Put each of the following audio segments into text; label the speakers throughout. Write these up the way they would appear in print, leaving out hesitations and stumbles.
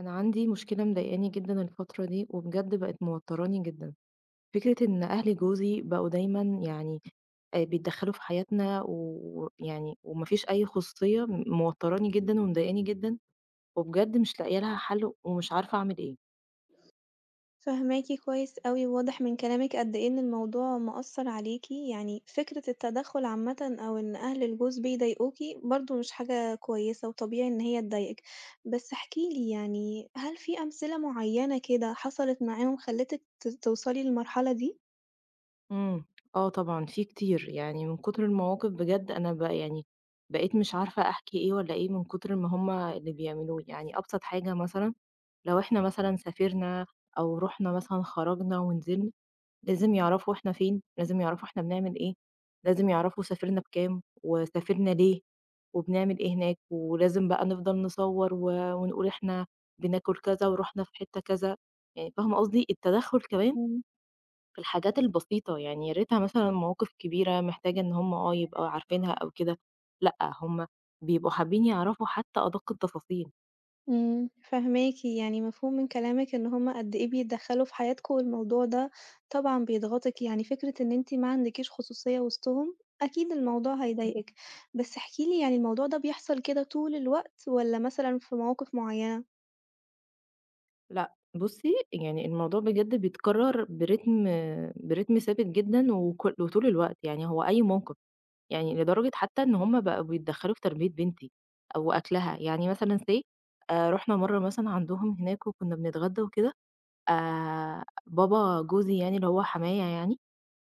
Speaker 1: أنا عندي مشكلة مضايقاني جدًا الفترة دي، وبجد بقت موتّراني جدًا، فكرة إن أهل جوزي بقوا دايمًا يعني بيتدخّلوا في حياتنا ويعني وما فيش أي خصوصية، موتّراني جدًا ومضايقاني جدًا، وبجد مش لاقية لها حل ومش عارفة أعمل إيه.
Speaker 2: فاهماكِ كويس أوي، وواضح من كلامِك قد إيه إن الموضوع مأثّر عليكِ، يعني فكرة التدخُّل عامةً أو إن أهل الجوز بيضايقوكِ برضه مش حاجة كويسة وطبيعي إن هي تضايقِك، بس احكِ لي يعني هل في أمثلة معيّنة كده حصلت معاهم خلّتِك توصلي للمرحلة دي؟
Speaker 1: إمم. آه طبعًا في كتير، يعني من كتر المواقف بجد أنا ب يعني بقيت مش عارفة أحكي إيه والّا إيه من كتر ما هُم اللي بيعملوه، يعني أبسط حاجة مثلًا لو إحنا مثلًا سافرنا أو رُحنا مثلًا خرجنا ونزلنا لازم يعرفوا إحنا فين، لازم يعرفوا إحنا بنعمل إيه، لازم يعرفوا سافرنا بكام وسافرنا ليه وبنعمل إيه هناك، ولازم بقى نفضل نصور ونقول إحنا بناكل كذا ورُحنا في حتة كذا، يعني فاهمة قصدي؟ التدخُّل كمان في الحاجات البسيطة، يعني يا ريتها مثلًا مواقف كبيرة محتاجة إن هم آه يبقوا عارفينها أو كده، لأ، هم بيبقوا حابين يعرفوا حتى أدق التفاصيل.
Speaker 2: إمم. فاهماكِ، يعني مفهوم من كلامِك إن هُم قد إيه بيتدخّلوا في حياتكم، والموضوع ده طبعًا بيضغطِك، يعني فكرة إن أنتِ ما عندكيش خصوصية وسطهم، أكيد الموضوع هيضايقِك، بس احكي لي يعني الموضوع ده بيحصل كده طول الوقت والّا مثلًا في مواقف معيّنة؟
Speaker 1: لأ، بُصّي، يعني الموضوع بجد بيتكرّر برتم ثابت جدًا وكل وطول الوقت، يعني هو أي موقف، يعني لدرجة حتى إن هم بقوا بيتدخّلوا في تربية بنتي أو أكلها، يعني مثلًا say رُحنا مرّة مثلًا عندهم هناك وكُنّا بنتغدّى وكده، بابا جوزي يعني اللي هو حمايا يعني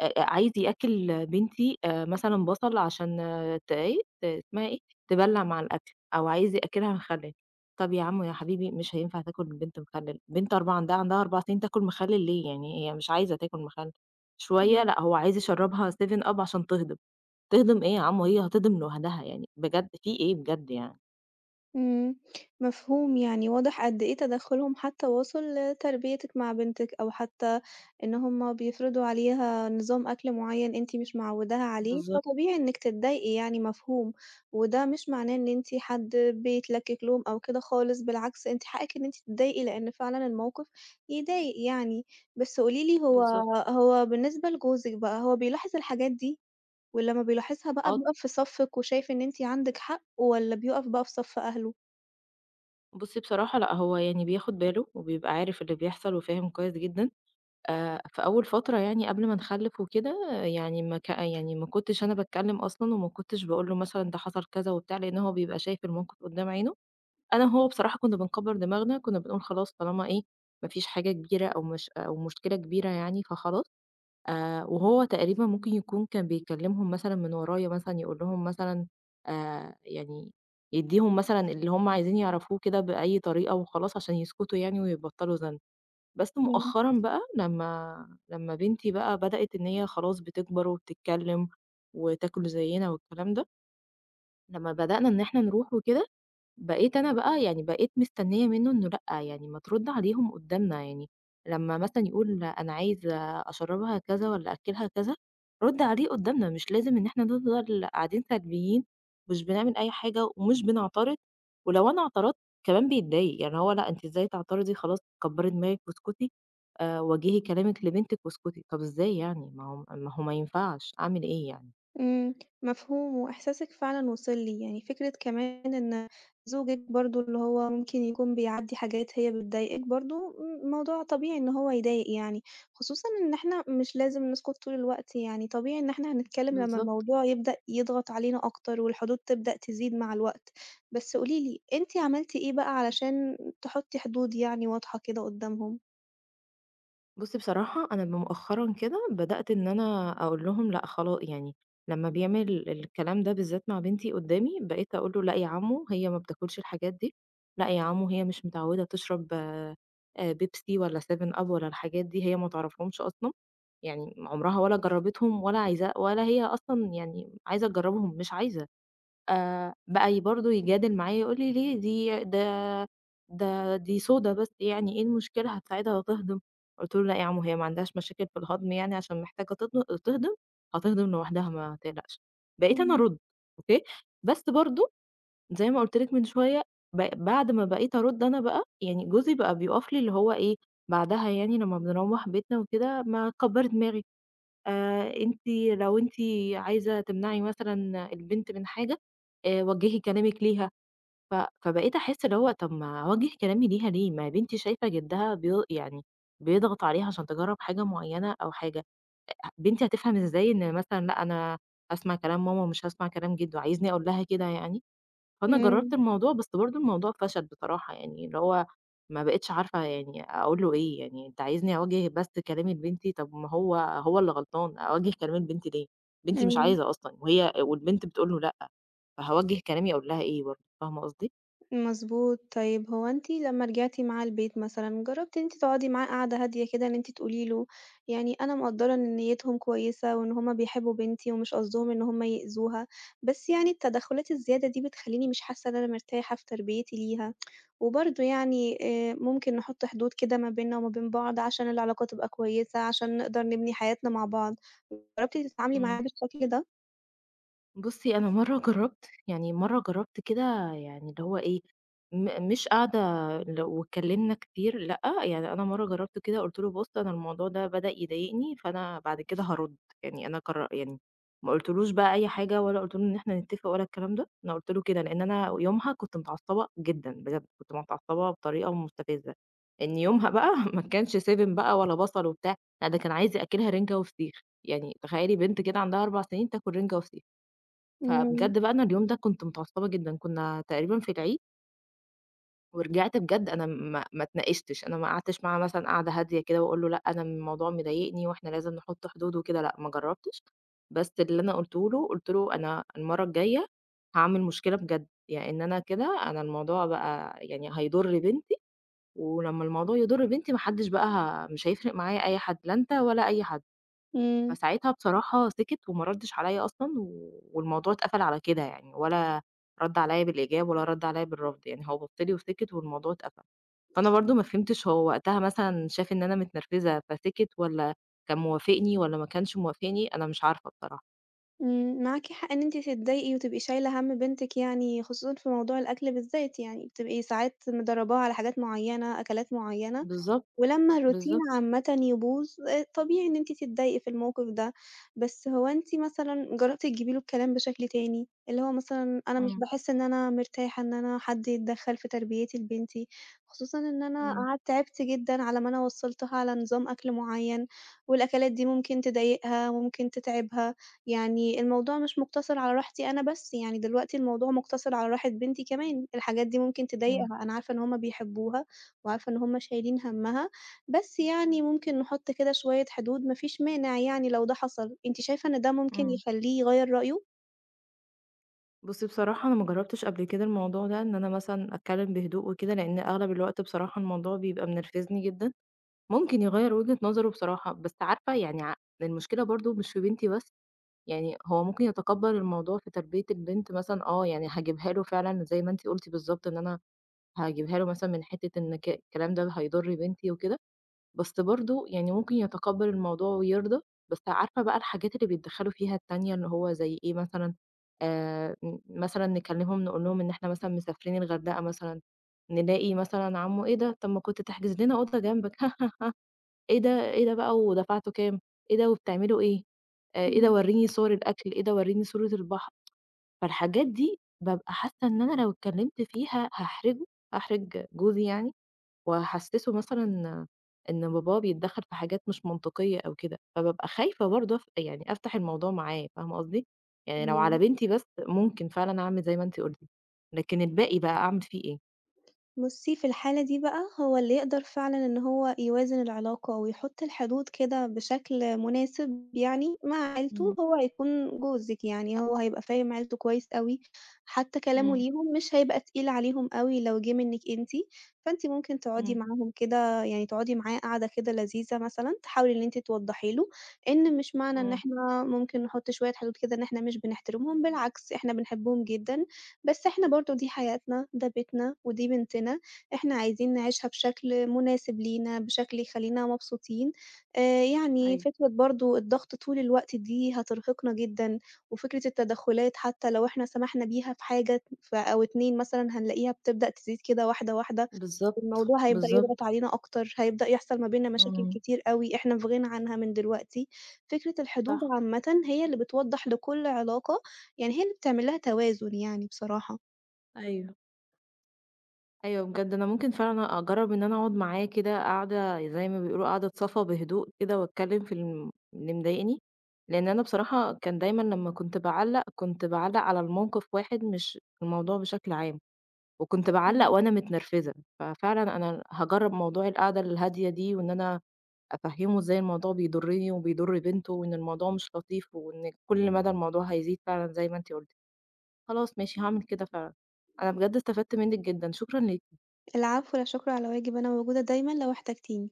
Speaker 1: عايز يأكّل بنتي مثلًا بصل عشان آه، ت إيه، ت اسمها إيه، تبلّع مع الأكل، أو عايز يأكّلها مخلِّل. طَب يا عمو يا حبيبي مش هينفع تاكل البنت مخلِّل، بنت 4 عندها 4 سنين تاكل مخلِّل ليه يعني، هي مش عايزة تاكل مخلِّل. شوية
Speaker 2: إمم.
Speaker 1: لأ، هو عايز يشرّبها سفن أب up عشان تهضم، تهضم إيه يا عمو هي هتهضم لوحدها يعني، بجد في إيه بجد يعني؟
Speaker 2: إمم، مفهوم، يعني واضح قد إيه تدخُّلهم حتى واصل لتربيتِك مع بنتِك، أو حتى إن هُم بيفرضوا عليها نظام أكل معيّن أنتِ مش معوّداها عليه،
Speaker 1: بالضبط،
Speaker 2: فطبيعي إنِّك تتضايقي يعني مفهوم. وده مش معناه إن أنتِ حد بيتلكِّك لهم أو كده خالص، بالعكس أنتِ حقِّك إن أنتِ تتضايقي، لإن فعلًا الموقف يضايق يعني. بس قولي لي هو
Speaker 1: بالضبط.
Speaker 2: هو بالنسبة لجوزِك بقى، هو بيلاحظ الحاجات دي؟ ولمّا بيلاحظها بقى
Speaker 1: آه،
Speaker 2: بيُقف في صفِّك وشايف إن أنتِ عندِك حق، والّا بيُقف بقى في صف أهله؟
Speaker 1: بُصّي بصراحة لأ، هو يعني بياخُد باله وبيبقى عارف اللي بيحصل وفاهم كويس جدًا. في أول فترة يعني قبل ما نخلِّف وكده، آه، يعني ما ك يعني ما كنتش أنا باتكلّم أصلًا وما كنتش باقول له مثلًا ده حصل كذا وبتاع، لإن هو بيبقى شايف الموقف قُدّام عينه. أنا وهو بصراحة كُنّا بنكبّر دماغنا، كُنّا بنقول خلاص طالما إيه، ما فيش حاجة كبيرة أو مش أو مشكلة كبيرة يعني فخلاص. وهو تقريبًا ممكن يكون كان بيكلّمهم مثلًا من ورايا مثلًا يقول لهم مثلًا آآ يعني يدّيهم مثلًا اللي هم عايزين يعرفوه كده بأي طريقة وخلاص عشان يسكتوا يعني ويبطّلوا ذنب. بس
Speaker 2: إمم.
Speaker 1: مؤخرًا بقى لمّا بنتي بقى بدأت إن هي خلاص بتكبر وبتتكلم وتاكل زينا والكلام ده، لمّا بدأنا إن إحنا نروح وكده بقيت أنا بقى يعني بقيت مستنية منه إنه لأ، يعني ما ترُد عليهم قُدّامنا يعني، لمّا مثلًا يقول أنا عايز أشرّبها كذا والّا أأكّلها كذا، رُد عليه قُدّامنا، مش لازم إن إحنا نفضل قاعدين سلبيين، مش بنعمل أي حاجة ومش بنعترض، ولو أنا اعترضت كمان بيتضايق، يعني هو لأ أنتِ إزاي تعترضي خلاص كبّري دماغِك واسكتي، وجّهي كلامِك لبنتِك واسكتي، طَب إزاي يعني؟ ما هو ما ينفعش، أعمل إيه يعني؟
Speaker 2: إمم، مفهوم، وإحساسِك فعلًا وصل لي، يعني فكرة كمان إن زوجِك برضه اللي هو ممكن يكون بيعدّي حاجات هي بتضايقِك برضه، موضوع طبيعي إن هو يضايق يعني، خصوصًا إن إحنا مش لازم نسكت طول الوقت يعني، طبيعي إن إحنا هنتكلم لمّا
Speaker 1: بالضبط.
Speaker 2: الموضوع يبدأ يضغط علينا أكتر، والحدود تبدأ تزيد مع الوقت. بس قولي لي، أنتِ عملتِ إيه بقى علشان تحطّي حدود يعني واضحة كده قدّامهم؟
Speaker 1: بُصّي بصراحة أنا مؤخرًا كده بدأت إن أنا أقول لهم لأ خلا يعني لمّا بيعمل الكلام ده بالذات مع بنتي قدّامي، بقيت أقول له: "لأ يا عمو هي ما بتاكلش الحاجات دي، لأ يا عمو هي مش متعودة تشرب بيبسي ولا 7 أب ولا الحاجات دي هي ما تعرفهمش أصلًا، يعني عمرها ولا جرّبتهم ولا عايزاه ولا هي أصلًا يعني عايزة تجرّبهم مش عايزة." بقى برضه يجادل معايا يقول لي: "ليه دي ده ده دي صودا بس يعني إيه المشكلة هتساعدها وتهضم." قُلت له: "لأ يا عمو هي ما عندهاش مشاكل في الهضم يعني عشان محتاجة تهضم، هتهضم لوحدها ما تقلقش." بقيت أنا
Speaker 2: إمم،
Speaker 1: أرُد أوكي، بس برضه زي ما قُلت لك من شوية بعد ما بقيت أرُد أنا بقى، يعني جوزي بقى بيُقف لي اللي هو إيه، بعدها يعني لمّا بنروّح بيتنا وكده: "ما تكبّري دماغِك." أنتِ لو أنتِ عايزة تمنعي مثلًا البنت من حاجة، وجّهي كلامِك ليها، ف فبقيت أحس اللي هو طب ما أوجّه كلامي ليها ليه؟ ما هي بنتي شايفة جدها بي يعني بيضغط عليها عشان تجرّب حاجة معيّنة أو حاجة، بنتي هتفهم إزاي إن مثلًا لأ أنا هاسمع كلام ماما ومش هاسمع كلام جِدّو، عايزني أقول لها كده يعني؟ فأنا جرّبت
Speaker 2: إمم،
Speaker 1: الموضوع، بس برضه الموضوع فشل بصراحة يعني، اللي هو ما بقيتش عارفة يعني أقول له إيه، يعني أنت عايزني أوجّه بس كلامي لبنتي، طب ما هو اللي غلطان، أوجّه كلامي لبنتي ليه؟ بنتي مش
Speaker 2: إمم.
Speaker 1: عايزة أصلًا وهي والبنت بتقول له لأ، فهاوجّه كلامي أقول لها إيه برضه، فاهمة قصدي؟
Speaker 2: مضبوط. طيب هو أنتِ لمّا رجعتِ معاه البيت مثلًا، جرّبتِ إن أنتِ تقعدي معاه قعدة هادية كده إن أنتِ تقولي له يعني أنا مقدّرة إن نيّتهم كويسة وإن هم بيحبّوا بنتي ومش قصدهم إن هم يأذوها، بس يعني التدخُّلات الزيادة دي بتخلّيني مش حاسة إن أنا مرتاحة في تربيتي ليها، وبرضه يعني ممكن نحُط حدود كده ما بيننا وما بين بعض عشان العلاقة تبقى كويسة، عشان نقدر نبني حياتنا مع بعض. جرّبتِ تتعاملي معاه
Speaker 1: إمم.
Speaker 2: بالشكل ده؟
Speaker 1: بُصّي، أنا مرّة جرّبت، يعني مرّة جرّبت كده يعني اللي هو إيه، مش قاعدة واتكلّمنا كتير لأ، يعني أنا مرّة جرّبت كده قُلت له: "بُص، أنا الموضوع ده بدأ يضايقني، فأنا بعد كده هارُد." يعني أنا قر يعني ما قُلتلوش بقى أي حاجة ولا قُلت له إن إحنا نتّفق ولا الكلام ده، أنا قُلت له كده، لإن أنا يومها كنت متعصّبة جدًا بجد، كنت متعصّبة بطريقة مستفزة، إن يومها بقى ما كانش سِبِن بقى ولا بصل وبتاع، لأ ده كان عايز يأكّلها رِنجة وفسيخ، يعني تخيّلي بنت كده عندها 4 سنين تاكل رِنجة وفسيخ.
Speaker 2: إمم،
Speaker 1: فبجد بقى أنا اليوم ده كنت متعصبة جدًا، كنا تقريبًا في العيد ورجعت بجد أنا ما اتناقشتش، أنا ما قعدتش معاه مثلًا قعدة هادية كده وأقول له لأ، أنا الموضوع مضايقني وإحنا لازم نحط حدود وكده، لأ ما جرّبتش، بس اللي أنا قُلته له، قُلت له: "أنا المرّة الجاية هاعمل مشكلة بجد، لإن أنا كده أنا الموضوع بقى يعني هيضر بنتي، ولمّا الموضوع يضر بنتي ما حدش بقى مش هيفرق معايا أي حد، لا أنت ولا أي حد."
Speaker 2: إمم.
Speaker 1: فساعتها بصراحة سِكِت وما رَدِّش عليّا أصلًا، والموضوع اتقفل على كده يعني، ولا رَد عليّا بالإيجاب ولا رَد عليّا بالرفض، يعني هو بَص لي وسِكِت والموضوع اتقفل. فأنا برضه ما فهمتش هو وقتها مثلًا شاف إن أنا متنرفزة فسِكِت والّا كان موافقني والّا ما كانش موافقني، أنا مش عارفة بصراحة.
Speaker 2: إمم. معاكِ حق إن أنتِ تتضايقي وتبقي شايلة هَم بنتِك يعني، خصوصًا في موضوع الأكل بالذات يعني، بتبقي ساعات مدرّباها على حاجات معيّنة، أكلات معيّنة
Speaker 1: بالضبط،
Speaker 2: ولمّا الروتين
Speaker 1: بالضبط.
Speaker 2: عامةً يبوظ، طبيعي إن أنتِ تتضايقي في الموقف ده، بس هو أنتِ مثلًا جرّبتِ تجيبي له الكلام بشكل تاني؟ اللي هو مثلًا أنا مش
Speaker 1: إمم،
Speaker 2: باحس إن أنا مرتاحة إن أنا حد يتدخّل في تربيتي لبنتي، خصوصًا إن أنا
Speaker 1: إمم،
Speaker 2: قعدت تعبت جدًا على ما أنا وصّلتها على نظام أكل معيّن، والأكلات دي ممكن تضايقها، ممكن تتعبها، يعني الموضوع مش مُقتصِر على راحتي أنا بس، يعني دلوقتي الموضوع مُقتصِر على راحة بنتي كمان، الحاجات دي ممكن
Speaker 1: إمم،
Speaker 2: تضايقها، أنا عارفة إن هُم بيحبّوها وعارفة إن هُم شايلين هَمّها. بس يعني ممكن نحط كده شوية حدود، ما فيش مانع يعني لو ده حصل، أنتِ شايفة إن ده ممكن
Speaker 1: إمم.
Speaker 2: يخلّيه يغيّر رأيه؟
Speaker 1: بُصّي بصراحة أنا ما جرّبتش قبل كده الموضوع ده، إن أنا مثلًا أتكلّم بهدوء وكده، لإن أغلب الوقت بصراحة الموضوع بيبقى منرفزني جدًا. ممكن يغيّر وجهة نظره بصراحة، بس عارفة يعني المشكلة برضه مش في بنتي بس، يعني هو ممكن يتقبّل الموضوع في تربية البنت مثلًا آه، يعني هاجيبها له فعلًا زي ما أنتِ قُلتِ بالضبط إن أنا هاجيبها له مثلًا من حتّة إن الكلام ده هيضر بنتي وكده، بس برضه يعني ممكن يتقبّل الموضوع ويرضى، بس عارفة بقى الحاجات اللي بيتدخّلوا فيها التانية اللي هو زي إيه مثلًا، م مثلًا نكلّمهم نقول لهم إن إحنا مثلًا مسافرين الغردقة مثلًا، نلاقي مثلًا عمّه إيه ده، طَب ما كنت تحجز لنا أوضة جنبك إيه ده، إيه ده بقى ودفعتوا كام، إيه ده وبتعملوا إيه، إيه ده
Speaker 2: إمم،
Speaker 1: ورّيني صور الأكل، إيه ده ورّيني صورة البحر، فالحاجات دي بابقى حاسة إن أنا لو اتكلمت فيها هاحرجه، هاحرج جوزي يعني، وهاحسسه مثلًا إن باباه بيتدخل في حاجات مش منطقية أو كده، فبابقى خايفة برضه أف يعني أفتح الموضوع معاه، فاهمة قصدي؟ يعني لو على
Speaker 2: إمم.
Speaker 1: بنتي بس ممكن فعلًا أعمل زي ما أنتِ قُلتِ، لكن الباقي بقى أعمل فيه إيه؟
Speaker 2: بُصّي، في الحالة دي بقى هو اللي يقدر فعلًا إن هو يوازن العلاقة ويحُط الحدود كده بشكل مناسب يعني مع عيلته،
Speaker 1: إمم،
Speaker 2: هو هيكون جوزِك، يعني هو هيبقى فاهم عيلته كويس أوي، حتى كلامه
Speaker 1: إمم،
Speaker 2: ليهم مش هيبقى تقيل عليهم أوي لو جِه منِّك أنتِ، فأنتِ ممكن تقعدي
Speaker 1: إمم،
Speaker 2: معاهم كده يعني تقعدي معاه قعدة كده لذيذة مثلًا، تحاولي إن أنتِ توضّحي له إن مش معنى إن
Speaker 1: إمم،
Speaker 2: إحنا ممكن نحُط شوية حدود كده إن إحنا مش بنحترمهم، بالعكس إحنا بنحبهم جدًا بس إحنا برضه دي حياتنا، ده بيتنا، ودي بنتنا، إحنا عايزين نعيشها بشكل مناسب لينا، بشكل يخلّينا مبسوطين. يعني
Speaker 1: أيوه.
Speaker 2: فكرة برضه الضغط طول الوقت دي هترهقنا جدًا، وفكرة التدخُّلات حتى لو إحنا سمحنا بيها في حاجة أو 2 مثلًا هنلاقيها بتبدأ تزيد كده واحدة، واحدة،
Speaker 1: بالضبط،
Speaker 2: الموضوع هيبدأ يضغط
Speaker 1: بالضبط،
Speaker 2: علينا أكتر، هيبدأ يحصل ما بيننا
Speaker 1: إمم.
Speaker 2: مشاكل
Speaker 1: إمم.
Speaker 2: كتير أوي إحنا في غنى عنها من دلوقتي. فكرة الحدود
Speaker 1: صح،
Speaker 2: عامةً هي اللي بتوضّح لكل علاقة يعني هي اللي بتعمل لها توازن يعني بصراحة.
Speaker 1: أيوه، أيوه بجد أنا ممكن فعلًا أجرّب إن أنا أقعد معاه كده قعدة زي ما بيقولوا قعدة صفا بهدوء كده وأتكلم في اللي مضايقني، لإن أنا بصراحة كان دايمًا لمّا كنت باعلّق، كنت باعلّق على الموقف واحد مش الموضوع بشكل عام، وكنت باعلّق
Speaker 2: إمم.
Speaker 1: وأنا متنرفزة، ففعلًا أنا هاجرّب موضوع القعدة الهادية دي وإن أنا أفهّمه إزاي الموضوع بيضرني وبيضر بنته وإن الموضوع مش لطيف وإن كل مدى الموضوع هيزيد فعلًا زي ما أنتِ قُلتِ. خلاص ماشي هاعمل كده فعلًا. أنا بجد استفدت منِّك جدًا، شكرًا ليكِ.
Speaker 2: العفو، لا شكر على واجب، أنا موجودة دايمًا لو احتجتيني.